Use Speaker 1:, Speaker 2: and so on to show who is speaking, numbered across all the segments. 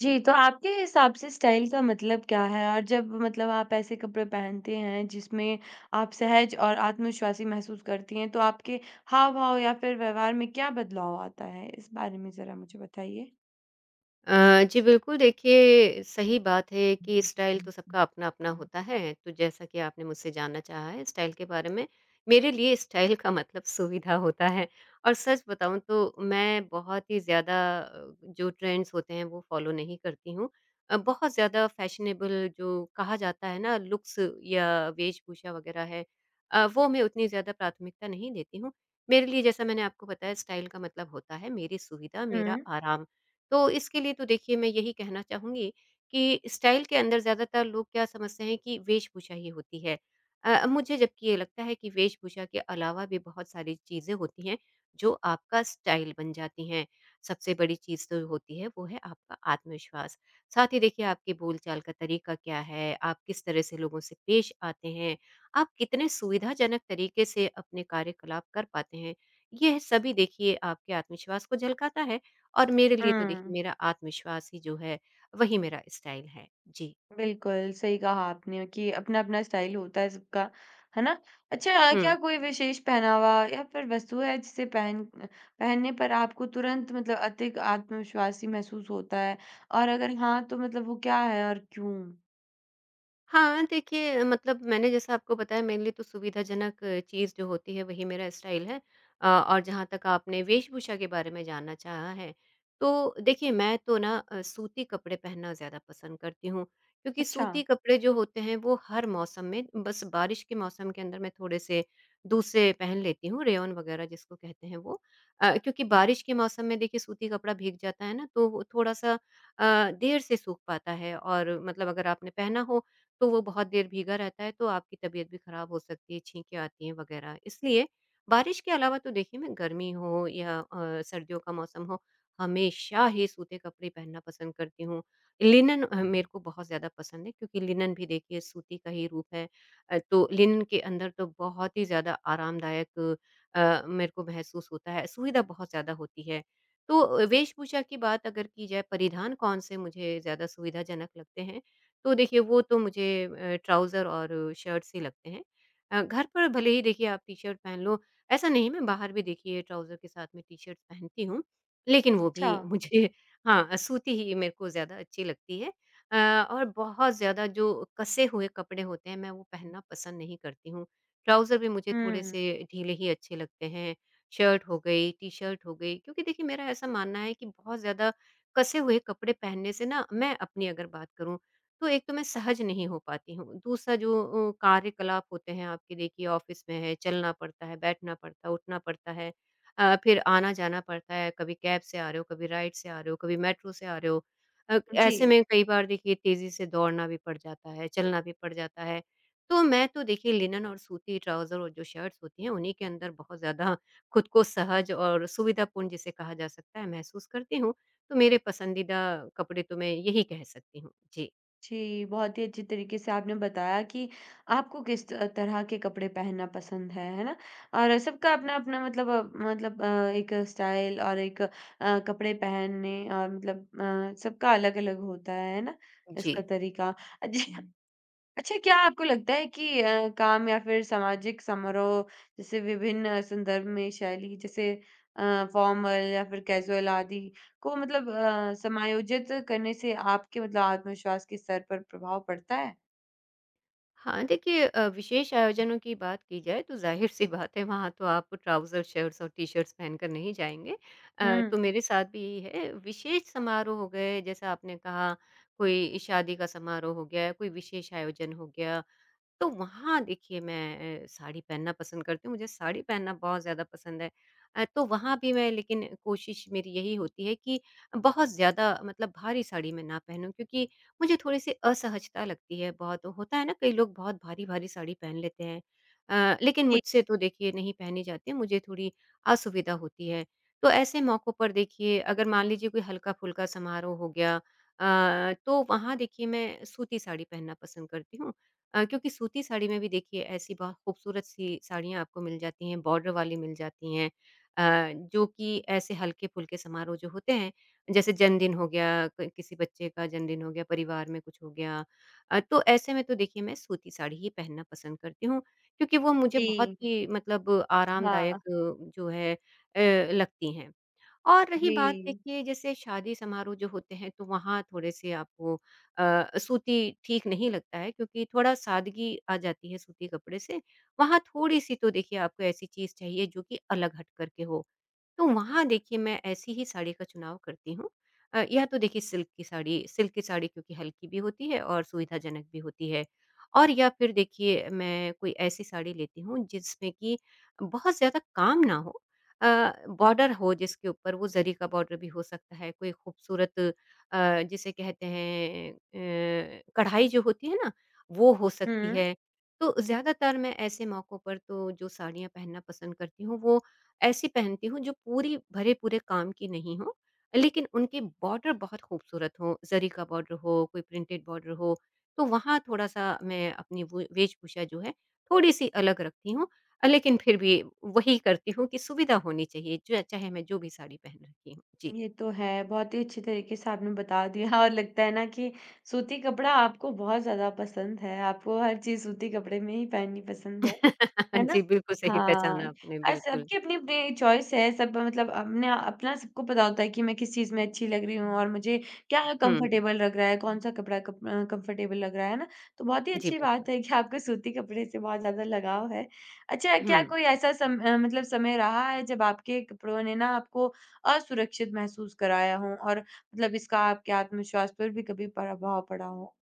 Speaker 1: जी, तो आपके हिसाब से स्टाइल का मतलब क्या है? और जब आप ऐसे कपड़े पहनते हैं जिसमें आप सहज और आत्मविश्वासी महसूस करती हैं, तो आपके हाव-भाव या फिर व्यवहार में क्या बदलाव आता है? इस बारे में ज़रा मुझे बताइए।
Speaker 2: जी बिल्कुल, देखिए सही बात है कि स्टाइल तो सबका अपना-अपना होता है, तो जैसा कि आपने मुझसे जानना चाहा है स्टाइल के बारे में, मेरे लिए स्टाइल का मतलब सुविधा होता है और सच बताऊँ तो मैं बहुत ही ज़्यादा जो ट्रेंड्स होते हैं वो फॉलो नहीं करती हूँ। बहुत ज़्यादा फैशनेबल जो कहा जाता है ना लुक्स या वेशभूषा वगैरह है वो मैं उतनी ज़्यादा प्राथमिकता नहीं देती हूँ। मेरे लिए जैसा मैंने आपको बताया स्टाइल का मतलब होता है मेरी सुविधा, मेरा
Speaker 1: हुँ,
Speaker 2: आराम। तो इसके लिए तो देखिए मैं यही कहना चाहूँगी कि स्टाइल के अंदर ज़्यादातर लोग क्या समझते हैं कि वेशभूषा ही होती है। मुझे जबकि ये लगता है कि वेशभूषा के अलावा भी बहुत सारी चीज़ें होती हैं जो आपका स्टाइल बन जाती हैं। सबसे बड़ी चीज़ तो होती है वो है आपका आत्मविश्वास। साथ ही देखिए आपके बोलचाल का तरीका क्या है, आप किस तरह से लोगों से पेश आते हैं, आप कितने सुविधाजनक तरीके से अपने कार्यकलाप कर पाते हैं। यह सभी देखिए आपके आत्मविश्वास को झलकाता है। और मेरे लिए तो देखिए
Speaker 1: हुँ।
Speaker 2: मेरा आत्मविश्वास ही जो है, वही मेरा स्टाइल है। जी।
Speaker 1: बिल्कुल, सही कहा आपने कि अपना-अपना स्टाइल होता है सबका, है ना? अच्छा, क्या
Speaker 2: हुँ।
Speaker 1: कोई विशेष पहनावा या फिर वस्तु है जिसे पहनने पर आपको तुरंत अधिक आत्मविश्वासी महसूस होता है? और अगर हाँ, तो वो क्या है और क्यों?
Speaker 2: हाँ, देखिए मतलब मैंने जैसा आपको बताया मेरे लिए तो सुविधाजनक चीज़ जो होती है वही मेरा स्टाइल है और जहाँ तक आपने वेशभूषा के बारे में जानना चाहा है, तो देखिए मैं तो ना सूती कपड़े पहनना ज़्यादा पसंद करती हूँ, क्योंकि
Speaker 1: अच्छा,
Speaker 2: सूती कपड़े जो होते हैं वो हर मौसम में बस बारिश के मौसम के अंदर मैं थोड़े-से दूसरे पहन लेती हूँ, रेयॉन वगैरह जिसको कहते हैं वो क्योंकि बारिश के मौसम में देखिए सूती कपड़ा भीग जाता है ना, तो वो थोड़ा-सा देर से सूख पाता है और मतलब अगर आपने पहना हो तो वो बहुत देर भीगा रहता है तो आपकी तबीयत भी खराब हो सकती है, छींकें आती हैं वगैरह। इसलिए बारिश के अलावा तो देखिए मैं गर्मी हो या सर्दियों का मौसम हो, हमेशा ही सूते कपड़े पहनना पसंद करती हूँ। लिनन मेरे को बहुत ज़्यादा पसंद है क्योंकि लिनन भी देखिए सूती का ही रूप है। तो लिनन के अंदर तो बहुत ही ज़्यादा आरामदायक मेरे को महसूस होता है, सुविधा बहुत ज़्यादा होती है। तो वेशभूषा की बात अगर की जाए परिधान कौन-से मुझे ज़्यादा सुविधाजनक लगते हैं तो देखिए वो तो मुझे ट्राउज़र और शर्ट्स ही लगते हैं। घर पर भले ही देखिए आप टी-शर्ट पहन लो, ऐसा नहीं मैं बाहर भी देखिए ट्राउज़र के साथ में टी-शर्ट्स पहनती हूँ, लेकिन वो भी
Speaker 1: अच्छा।
Speaker 2: मुझे हाँ, सूती ही मेरे को ज़्यादा अच्छी लगती है। अ, और बहुत ज़्यादा जो कसे हुए कपड़े होते हैं, मैं वो पहनना पसंद नहीं करती हूँ। ट्राउज़र भी मुझे
Speaker 1: हुँ,
Speaker 2: थोड़े-से ढीले ही अच्छे लगते हैं, शर्ट हो गई, टी-शर्ट हो गई, क्योंकि देखिए मेरा ऐसा मानना है कि बहुत ज़्यादा कसे हुए कपड़े पहनने से ना मैं अपनी अगर बात करूँ तो एक तो मैं सहज नहीं हो पाती हूँ। दूसरा जो कार्यकलाप होते हैं आपके देखिए ऑफ़िस में है, चलना पड़ता है, बैठना पड़ता है, उठना पड़ता है। फिर आना-जाना पड़ता है, कभी कैब से आ रहे हो, कभी राइड से आ रहे हो, कभी मेट्रो से आ रहे हो। अ,
Speaker 1: जी।
Speaker 2: ऐसे में कई बार देखिए तेज़ी से दौड़ना भी पड़ जाता है, चलना भी पड़ जाता है। तो मैं तो देखिए लिनन और सूती ट्राउज़र और जो शर्ट्स होती हैं उन्हीं के अंदर बहुत ज़्यादा खुद को सहज और सुविधापूर्ण जिसे कहा जा सकता है महसूस करती हूँ। तो मेरे पसंदीदा कपड़े तो मैं यही कह सकती हूँ। जी।
Speaker 1: जी, बहुत ही अच्छी तरीके से आपने बताया कि आपको किस त तरह के कपड़े पहनना पसंद है ना? और सबका अपना-अपना मतलब अ, एक स्टाइल और कपड़े पहनने और सबका अलग-अलग होता है ना?
Speaker 2: जी।
Speaker 1: इसका तरीका। जी, अच्छा, क्या आपको लगता है कि काम या फिर सामाजिक समारोह जैसे विभिन्न संदर्भ में शैली जैसे फॉर्मल या फिर कैजुअल आदि को समायोजित करने से आपके आत्मविश्वास के स्तर पर प्रभाव पड़ता है?
Speaker 2: हाँ, देखिए विशेष आयोजनों की बात की जाए तो ज़ाहिर-सी बात है वहाँ तो आप ट्राउज़र, शर्ट्स और टी-शर्ट्स पहनकर नहीं जाएँगे।
Speaker 1: हुँ।
Speaker 2: तो मेरे साथ भी यही है, विशेष समारोह हो गए जैसा आपने कहा कोई शादी का समारोह हो गया, कोई विशेष आयोजन हो गया तो वहाँ देखिए मैं साड़ी पहनना पसंद करती हूँ, मुझे साड़ी पहनना बहुत ज़्यादा पसंद है। तो वहाँ भी मैं लेकिन कोशिश मेरी यही होती है कि बहुत ज़्यादा मतलब भारी साड़ी मैं ना पहनूँ क्योंकि मुझे थोड़ी-सी असहजता लगती है बहुत होता है ना कई लोग बहुत भारी-भारी साड़ी पहन लेते हैं। लेकिन
Speaker 1: जी,
Speaker 2: मुझसे तो देखिए नहीं पहनी जाती है, मुझे थोड़ी असुविधा होती है। तो ऐसे मौकों पर देखिए अगर मान लीजिए कोई हल्का-फुल्का समारोह हो गया तो वहाँ देखिए मैं सूती साड़ी पहनना पसंद करती हूँ। क्योंकि सूती साड़ी में भी देखिए ऐसी बहुत खूबसूरत सी साड़ियाँ आपको मिल जाती हैं, बॉर्डर वाली मिल जाती हैं अ, जो कि ऐसे हल्के-फुल्के समारोह जो होते हैं, जैसे जन्मदिन हो गया, क किसी बच्चे का जन्मदिन हो गया, परिवार में कुछ हो गया। तो ऐसे में तो देखिए मैं सूती साड़ी ही पहनना पसंद करती हूँ, क्योंकि वो मुझे बहुत
Speaker 1: जी।
Speaker 2: ही मतलब आरामदायक
Speaker 1: हाँ,
Speaker 2: जो है अ, लगती हैं। और रही बात
Speaker 1: जी।
Speaker 2: देखिए जैसे शादी समारोह जो होते हैं तो वहाँ थोड़े से आपको सूती ठीक नहीं लगता है क्योंकि थोड़ा सादगी आ जाती है सूती कपड़े से। वहाँ थोड़ी-सी तो देखिए आपको ऐसी चीज़ चाहिए जो कि अलग हट कर के हो। तो वहाँ देखिए मैं ऐसी ही साड़ी का चुनाव करती हूँ। या तो देखिए सिल्क की साड़ी क्योंकि हल्की भी होती है और सुविधाजनक भी होती है। और या फिर देखिए मैं कोई ऐसी साड़ी लेती हूँ जिसमें कि बहुत ज़्यादा काम ना हो। अ, बॉर्डर हो जिसके ऊपर वो ज़री का बॉर्डर भी हो सकता है, कोई खूबसूरत जिसे कहते हैं कढ़ाई जो होती है ना, वो हो
Speaker 1: हुँ,
Speaker 2: सकती है। तो ज़्यादातर मैं ऐसे मौकों पर तो जो साड़ियाँ पहनना पसंद करती हूँ वो ऐसी पहनती हूँ जो पूरी भरे-पूरे काम की नहीं हो, लेकिन उनके बॉर्डर बहुत खूबसूरत हों, ज़री का बॉर्डर हो, कोई प्रिंटेड बॉर्डर हो, तो वहाँ थोड़ा-सा मैं अपनी वो वेशभूषा जो है, थोड़ी-सी अलग रखती हूँ। लेकिन फिर भी वही करती हूँ कि सुविधा होनी चाहिए, जो चाहे मैं जो भी साड़ी पहन रखी हूँ। जी।
Speaker 1: ये तो है। बहुत ही अच्छे तरीके से आपने बता दिया और लगता है ना कि सूती कपड़ा आपको बहुत ज़्यादा पसंद है। आपको हर चीज़ सूती कपड़े में ही पहननी पसंद है। है ना?
Speaker 2: जी, बिल्कुल सही
Speaker 1: हाँ,
Speaker 2: पहचाना आपने, बिल्कुल।
Speaker 1: सबकी अपनी-अपनी चॉइस है, सब अपने अपना सबको पता होता है कि मैं किस चीज़ में अच्छी लग रही हूँ और मुझे क्या
Speaker 2: हुँ।
Speaker 1: कंफर्टेबल लग रहा है, कौन-सा कपड़ा कंफर्टेबल लग रहा है ना? तो बहुत ही
Speaker 2: जी,
Speaker 1: अच्छी
Speaker 2: बिल्कुल।
Speaker 1: बात है कि आपको सूती कपड़े से बहुत ज़्यादा लगाव है। अच्छा, क्या
Speaker 2: हुँ।
Speaker 1: कोई ऐसा सम अ, मतलब समय रहा है जब आपके कपड़ों ने ना आपको असुरक्षित महसूस कराया हो और इसका आपके आत्मविश्वास पर भी कभी प्रभाव पड़ा हो?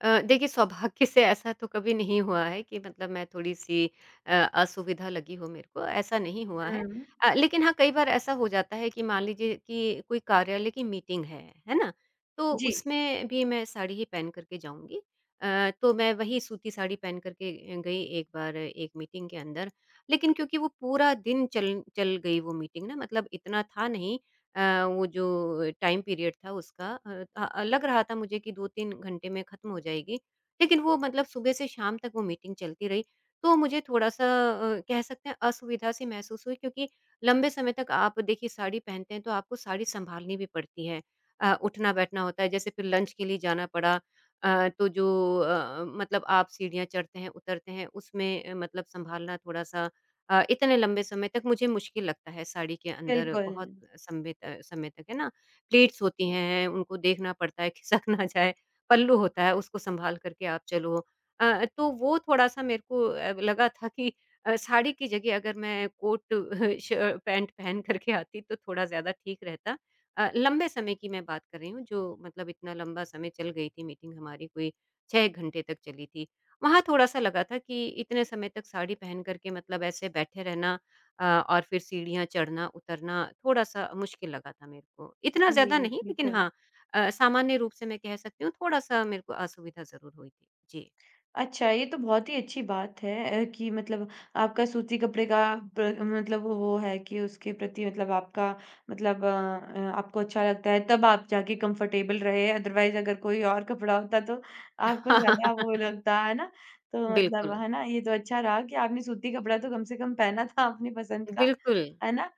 Speaker 2: देखिए सौभाग्य से ऐसा तो कभी नहीं हुआ है कि मतलब मैं थोड़ी-सी असुविधा लगी हो मेरे को, ऐसा नहीं हुआ है।
Speaker 1: हुँ।
Speaker 2: लेकिन हाँ, कई बार ऐसा हो जाता है कि मान लीजिए कि कोई कार्यालय की मीटिंग है ना? तो
Speaker 1: जी,
Speaker 2: उसमें भी मैं साड़ी ही पहन कर के जाऊँगी। तो मैं वही सूती साड़ी पहन कर के गई एक बार एक मीटिंग के अंदर। लेकिन क्योंकि वो पूरा दिन चल चल गई वो मीटिंग ना, मतलब इतना था नहीं वो जो टाइम पीरियड था उसका लग रहा था मुझे कि 2-3 घंटे में ख़त्म हो जाएगी। लेकिन वो मतलब सुबह से शाम तक वो मीटिंग चलती रही। तो मुझे थोड़ा-सा कह सकते हैं असुविधा सी महसूस हुई क्योंकि लंबे समय तक आप देखिए साड़ी पहनते हैं तो आपको साड़ी सँभालनी भी पड़ती है। उठना-बैठना होता है जैसे फिर लंच के लिए जाना पड़ा। तो जो मतलब आप सीढ़ियाँ चढ़ते हैं, उतरते हैं उसमें मतलब सँभालना थोड़ा-सा इतने लंबे समय तक मुझे मुश्किल लगता है साड़ी के अंदर
Speaker 1: बिल्कुल।
Speaker 2: बहुत समय तक, है ना? प्लेट्स होती हैं, उनको देखना पड़ता है खिसक ना जाए, पल्लू होता है उसको सँभाल कर के आप चलो। तो वो थोड़ा-सा मेरे को लगा था कि साड़ी की जगह अगर मैं कोट श पैंट पहन कर के आती तो थोड़ा ज़्यादा ठीक रहता। लंबे समय की मैं बात कर रही हूँ जो मतलब इतना लंबा समय चल गई थी मीटिंग हमारी कोई 6 घंटे तक चली थी। वहाँ थोड़ा-सा लगा था कि इतने समय तक साड़ी पहन कर के मतलब ऐसे बैठे रहना और फिर सीढ़ियाँ चढ़ना-उतरना थोड़ा-सा मुश्किल लगा था मेरे को। इतना ज़्यादा
Speaker 1: जी,
Speaker 2: नहीं लेकिन
Speaker 1: बिल्कुल।
Speaker 2: हाँ सामान्य रूप से मैं कह सकती हूँ थोड़ा-सा मेरे को असुविधा ज़रूर हुई थी। जी।
Speaker 1: अच्छा, ये तो बहुत ही अच्छी बात है कि आपका सूती कपड़े का प्र मतलब वो है कि उसके प्रति आपका आपको अच्छा लगता है, तब आप जाके कंफर्टेबल रहे, अदरवाइज़ अगर कोई और कपड़ा होता तो आपको ज़्यादा वो लगता, है ना? तो
Speaker 2: बिल्कुल,
Speaker 1: है ना, ये तो अच्छा रहा कि आपने सूती कपड़ा तो कम से कम पहना था अपनी पसंद का,
Speaker 2: बिल्कुल।
Speaker 1: है ना?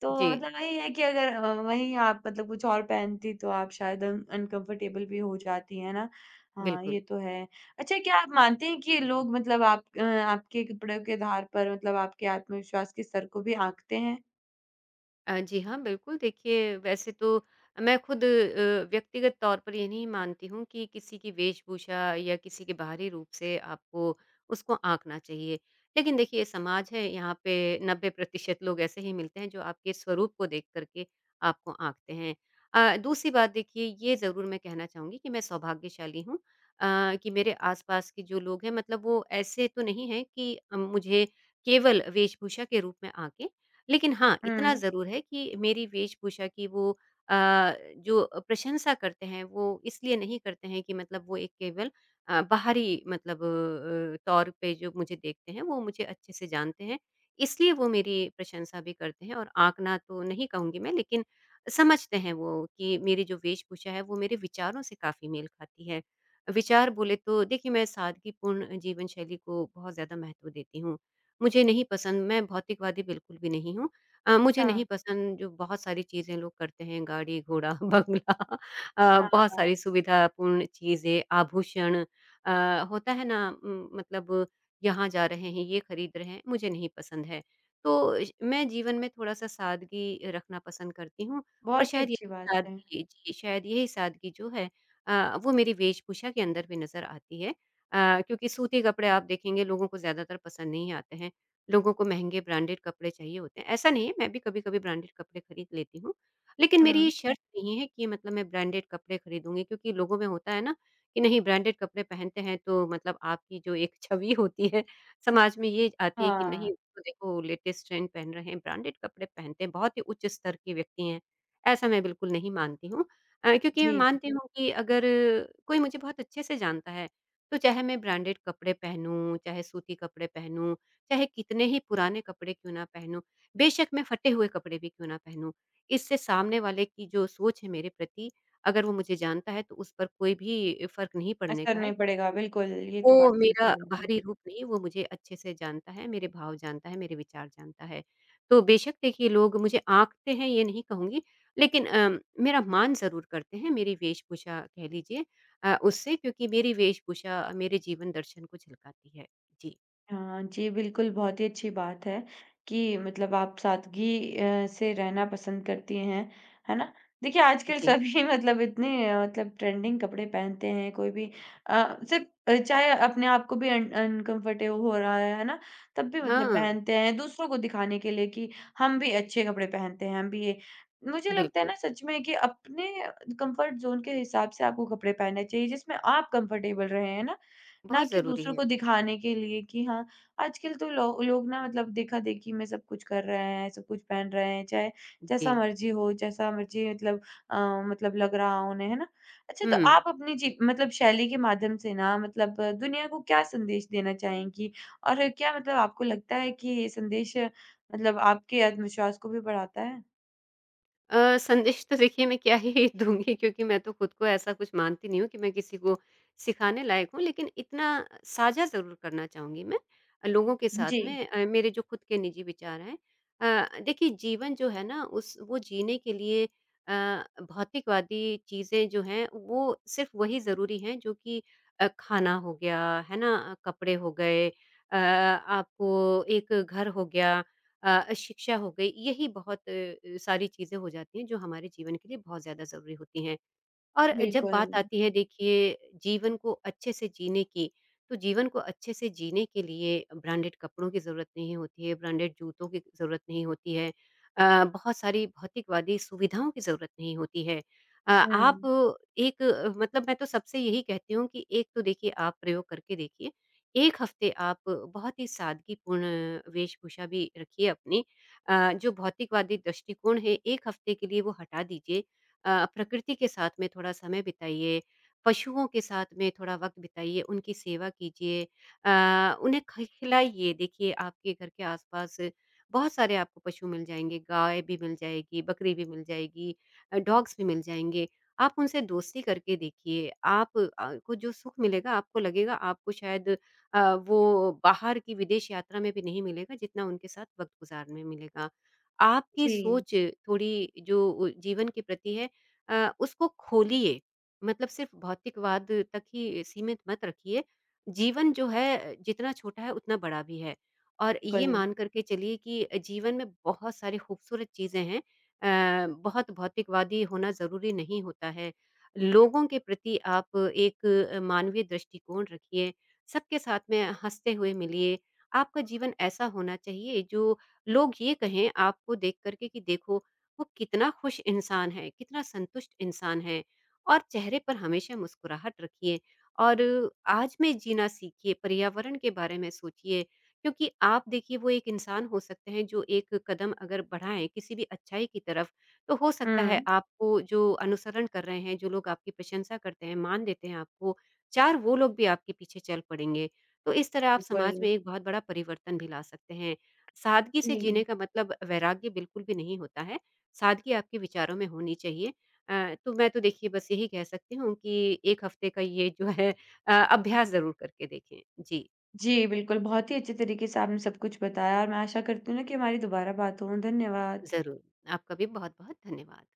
Speaker 1: तो
Speaker 2: जी,
Speaker 1: वही है कि अगर वहीं आप कुछ और पहनती तो आप शायद अन अनकंफर्टेबल भी हो जाती, है ना? हाँ,
Speaker 2: बिल्कुल।
Speaker 1: ये तो है। अच्छा, क्या आप मानते हैं कि लोग आपके कपड़ों के आधार पर आपके आत्मविश्वास के स्तर को भी आँकते हैं?
Speaker 2: जी हाँ, बिल्कुल देखिए वैसे तो मैं खुद व्यक्तिगत तौर पर ये नहीं मानती हूँ कि किसी की वेशभूषा या किसी के बाहरी रूप से आपको उसको आँकना चाहिए। लेकिन देखिए ये समाज है यहाँ पे 90% लोग ऐसे ही मिलते हैं जो आपके स्वरूप को देख कर के आपको आँकते हैं। दूसरी बात देखिए ये ज़रूर मैं कहना चाहूँगी कि मैं सौभाग्यशाली हूँ कि मेरे आस-पास के जो लोग हैं मतलब वो ऐसे तो नहीं हैं कि मुझे केवल वेशभूषा के रूप में आँके। लेकिन हाँ,
Speaker 1: हुँ,
Speaker 2: इतना ज़रूर है कि मेरी वेशभूषा की वो अ, जो प्रशंसा करते हैं, वो इसलिए नहीं करते हैं कि मतलब वो एक केवल बाहरी मतलब तौर पे जो मुझे देखते हैं, वो मुझे अच्छे से जानते हैं। इसलिए वो मेरी प्रशंसा भी करते हैं और आँकना तो नहीं कहूँगी मैं, लेकिन समझते हैं वो कि मेरी जो वेशभूषा है, वो मेरे विचारों से काफ़ी मेल खाती है। विचार बोले तो देखिए, मैं सादगीपूर्ण जीवन शैली को बहुत ज़्यादा महत्व देती हूँ। मुझे नहीं पसंद मैं भौतिकवादी बिल्कुल भी नहीं हूँ। मुझे
Speaker 1: अच्छा।
Speaker 2: नहीं पसंद जो बहुत सारी चीज़ें लोग करते हैं गाड़ी, घोड़ा, बंगला बहुत
Speaker 1: हाँ,
Speaker 2: सारी सुविधापूर्ण चीज़ें, आभूषण होता है ना मतलब यहाँ जा रहे हैं, ये खरीद रहे हैं, मुझे नहीं पसंद है। तो श मैं जीवन में थोड़ा-सा सादगी रखना पसंद करती हूँ और
Speaker 1: बहुत ही
Speaker 2: शायद ये
Speaker 1: अच्छी बात है।
Speaker 2: सादगी जी, शायद यही सादगी जो है वो मेरी वेशभूषा के अंदर भी नज़र आती है। क्योंकि सूती कपड़े आप देखेंगे लोगों को ज़्यादातर पसंद नहीं आते हैं। लोगों को महँगे ब्रांडेड कपड़े चाहिए होते हैं। ऐसा नहीं है, मैं भी कभी-कभी ब्रांडेड कपड़े खरीद लेती हूँ। लेकिन मेरी ये
Speaker 1: हुँ।
Speaker 2: शर्त नहीं है कि मतलब मैं ब्रांडेड कपड़े खरीदूँगी क्योंकि लोगों में होता है ना कि नहीं ब्रांडेड कपड़े पहनते हैं तो मतलब आपकी जो एक छवि होती है, समाज में ये आती है कि
Speaker 1: हाँ,
Speaker 2: नहीं तो देखो लेटेस्ट ट्रेंड पहन रहे हैं, ब्रांडेड कपड़े पहनते हैं, बहुत ही उच्च स्तर के व्यक्ति हैं। ऐसा मैं बिल्कुल नहीं मानती हूँ क्योंकि मैं
Speaker 1: जी,
Speaker 2: मानती हूँ कि अगर कोई मुझे बहुत अच्छे से जानता है, तो चाहे मैं ब्रांडेड कपड़े पहनूँ, चाहे सूती कपड़े पहनूँ चाहे कितने ही पुराने कपड़े क्यों ना पहनूँ, बेशक मैं फटे हुए कपड़े भी क्यों ना पहनूँ। इससे सामने वाले की जो सोच है मेरे प्रति, अगर वो मुझे जानता है तो उस पर कोई भी फ़र्क नहीं पड़ने का
Speaker 1: असर
Speaker 2: है।
Speaker 1: नहीं पड़ेगा, बिल्कुल, ये तो बात
Speaker 2: वो
Speaker 1: ठीक
Speaker 2: मेरा
Speaker 1: ही है।
Speaker 2: बाहरी रूप नहीं, वो मुझे अच्छे से जानता है, मेरे भाव जानता है, मेरे विचार जानता है। तो बेशक देखिए लोग मुझे आँकते हैं ये नहीं कहूँगी, लेकिन मेरा मान ज़रूर करते हैं, मेरी वेशभूषा कह लीजिए उससे क्योंकि मेरी वेशभूषा मेरे जीवन दर्शन को झलकाती है। जी।
Speaker 1: हाँ, जी, बिल्कुल, बहुत ही अच्छी बात है कि आप सादगी से रहना पसंद करती हैं, है ना? देखिए, आजकल
Speaker 2: जी।
Speaker 1: सभी इतने ट्रेंडिंग कपड़े पहनते हैं, कोई भी सिर्फ चाहे अपने आप को भी अन अनकम्फर्टेबल हो रहा है ना? तब भी
Speaker 2: हाँ।
Speaker 1: पहनते हैं, दूसरों को दिखाने के लिए कि हम भी अच्छे कपड़े पहनते हैं, हम भी ये मुझे लगता है
Speaker 2: बिल्कुल,
Speaker 1: ना सच में कि अपने कंफर्ट ज़ोन के हिसाब से आपको कपड़े पहनने चाहिए, जिसमें आप कंफर्टेबल रहें, है ना? ना
Speaker 2: बहुत
Speaker 1: कि
Speaker 2: ज़रूरी
Speaker 1: दूसरों
Speaker 2: है।
Speaker 1: को दिखाने के लिए कि हाँ, आजकल तो लो लोग ना देखा-देखी में सब कुछ कर रहे हैं, सब कुछ पहन रहे हैं, चाहे जैसा
Speaker 2: जी।
Speaker 1: मर्ज़ी हो, जैसा मर्ज़ी अ, लग रहा हो उन्हें, है ना? अच्छा,
Speaker 2: हुँ।
Speaker 1: तो आप अपनी शैली के माध्यम से ना दुनिया को क्या संदेश देना चाहेंगी? और क्या आपको लगता है कि ये संदेश आपके आत्मविश्वास को भी बढ़ाता है?
Speaker 2: संदेश तो देखिए मैं क्या ही दूँगी क्योंकि मैं तो खुद को ऐसा कुछ मानती नहीं हूँ कि मैं किसी को सिखाने लायक हूँ, लेकिन इतना साझा ज़रूर करना चाहूँगी मैं लोगों के साथ
Speaker 1: जी,
Speaker 2: में मेरे जो खुद के निजी विचार हैं। देखिए जीवन जो है ना उस वो जीने के लिए भौतिकवादी चीज़ें जो हैं वो सिर्फ़ वही ज़रूरी हैं जो कि खाना हो गया, है ना? कपड़े हो गए आपको एक घर हो गया। शिक्षा हो गई, यही बहुत सारी चीज़ें हो जाती हैं जो हमारे जीवन के लिए बहुत ज़्यादा ज़रूरी होती हैं। और जब
Speaker 1: बिल्कुल।
Speaker 2: बात आती है देखिए जीवन को अच्छे से जीने की, तो जीवन को अच्छे से जीने के लिए ब्रांडेड कपड़ों की ज़रूरत नहीं होती है, ब्रांडेड जूतों की ज़रूरत नहीं होती है। बहुत सारी भौतिकवादी सुविधाओं की ज़रूरत नहीं होती है। आप
Speaker 1: हुँ,
Speaker 2: एक मतलब मैं तो सबसे यही कहती हूँ कि एक तो देखिए आप प्रयोग करके देखिए। 1 हफ़्ते आप बहुत ही सादगीपूर्ण वेशभूषा भी रखिए अपनी। जो भौतिकवादी दृष्टिकोण है 1 हफ़्ते के लिए वो हटा दीजिए। प्रकृति के साथ में थोड़ा समय बिताइए, पशुओं के साथ में थोड़ा वक़्त बिताइए, उनकी सेवा कीजिए उन्हें ख खिलाइए। देखिए आपके घर के आस-पास बहुत सारे आपको पशु मिल जाएँगे, गाय भी मिल जाएगी, बकरी भी मिल जाएगी डॉग्स भी मिल जाएँगे। आप उनसे दोस्ती करके देखिए, आप को जो सुख मिलेगा आपको लगेगा आपको शायद वो बाहर की विदेश यात्रा में भी नहीं मिलेगा जितना उनके साथ वक़्त गुज़ारने में मिलेगा। आपकी
Speaker 1: जी,
Speaker 2: सोच थोड़ी जो जीवन के प्रति है उसको खोलिए। मतलब सिर्फ़ भौतिकवाद तक ही सीमित मत रखिए। जीवन जो है जितना छोटा है उतना बड़ा भी है और ये
Speaker 1: बिल्कुल।
Speaker 2: मान कर के चलिए कि जीवन में बहुत सारी खूबसूरत चीज़ें हैं। बहुत भौतिकवादी होना ज़रूरी नहीं होता है। लोगों के प्रति आप एक मानवीय दृष्टिकोण रखिए, सबके साथ में हँसते हुए मिलिए। आपका जीवन ऐसा होना चाहिए जो लोग ये कहें आपको देख कर के कि देखो वो कितना खुश इंसान है, कितना संतुष्ट इंसान है और चेहरे पर हमेशा मुस्कुराहट रखिए और आज में जीना सीखिए, पर्यावरण के बारे में सोचिए क्योंकि आप देखिए वो एक इंसान हो सकते हैं जो एक कदम अगर बढ़ाएँ किसी भी अच्छाई की तरफ, तो हो सकता है
Speaker 1: हुँ,
Speaker 2: आपको जो अनुसरण कर रहे हैं, जो लोग आपकी प्रशंसा करते हैं, मान देते हैं आपको, 4 वो लोग भी आपके पीछे चल पड़ेंगे। तो इस तरह आप
Speaker 1: बिल्कुल,
Speaker 2: समाज में एक बहुत बड़ा परिवर्तन भी ला सकते हैं। सादगी से जीने
Speaker 1: जी।
Speaker 2: का मतलब वैराग्य बिल्कुल भी नहीं होता है। सादगी आपके विचारों में होनी चाहिए। तो मैं तो देखिए बस यही कह सकती हूँ कि 1 हफ़्ते का ये जो है अभ्यास ज़रूर करके देखें। जी,
Speaker 1: जी, बिल्कुल, बहुत ही अच्छे तरीके से आपने सब कुछ बताया और मैं आशा करती हूँ ना कि हमारी दोबारा बात हो। धन्यवाद।
Speaker 2: ज़रूर। आपका भी बहुत-बहुत धन्यवाद।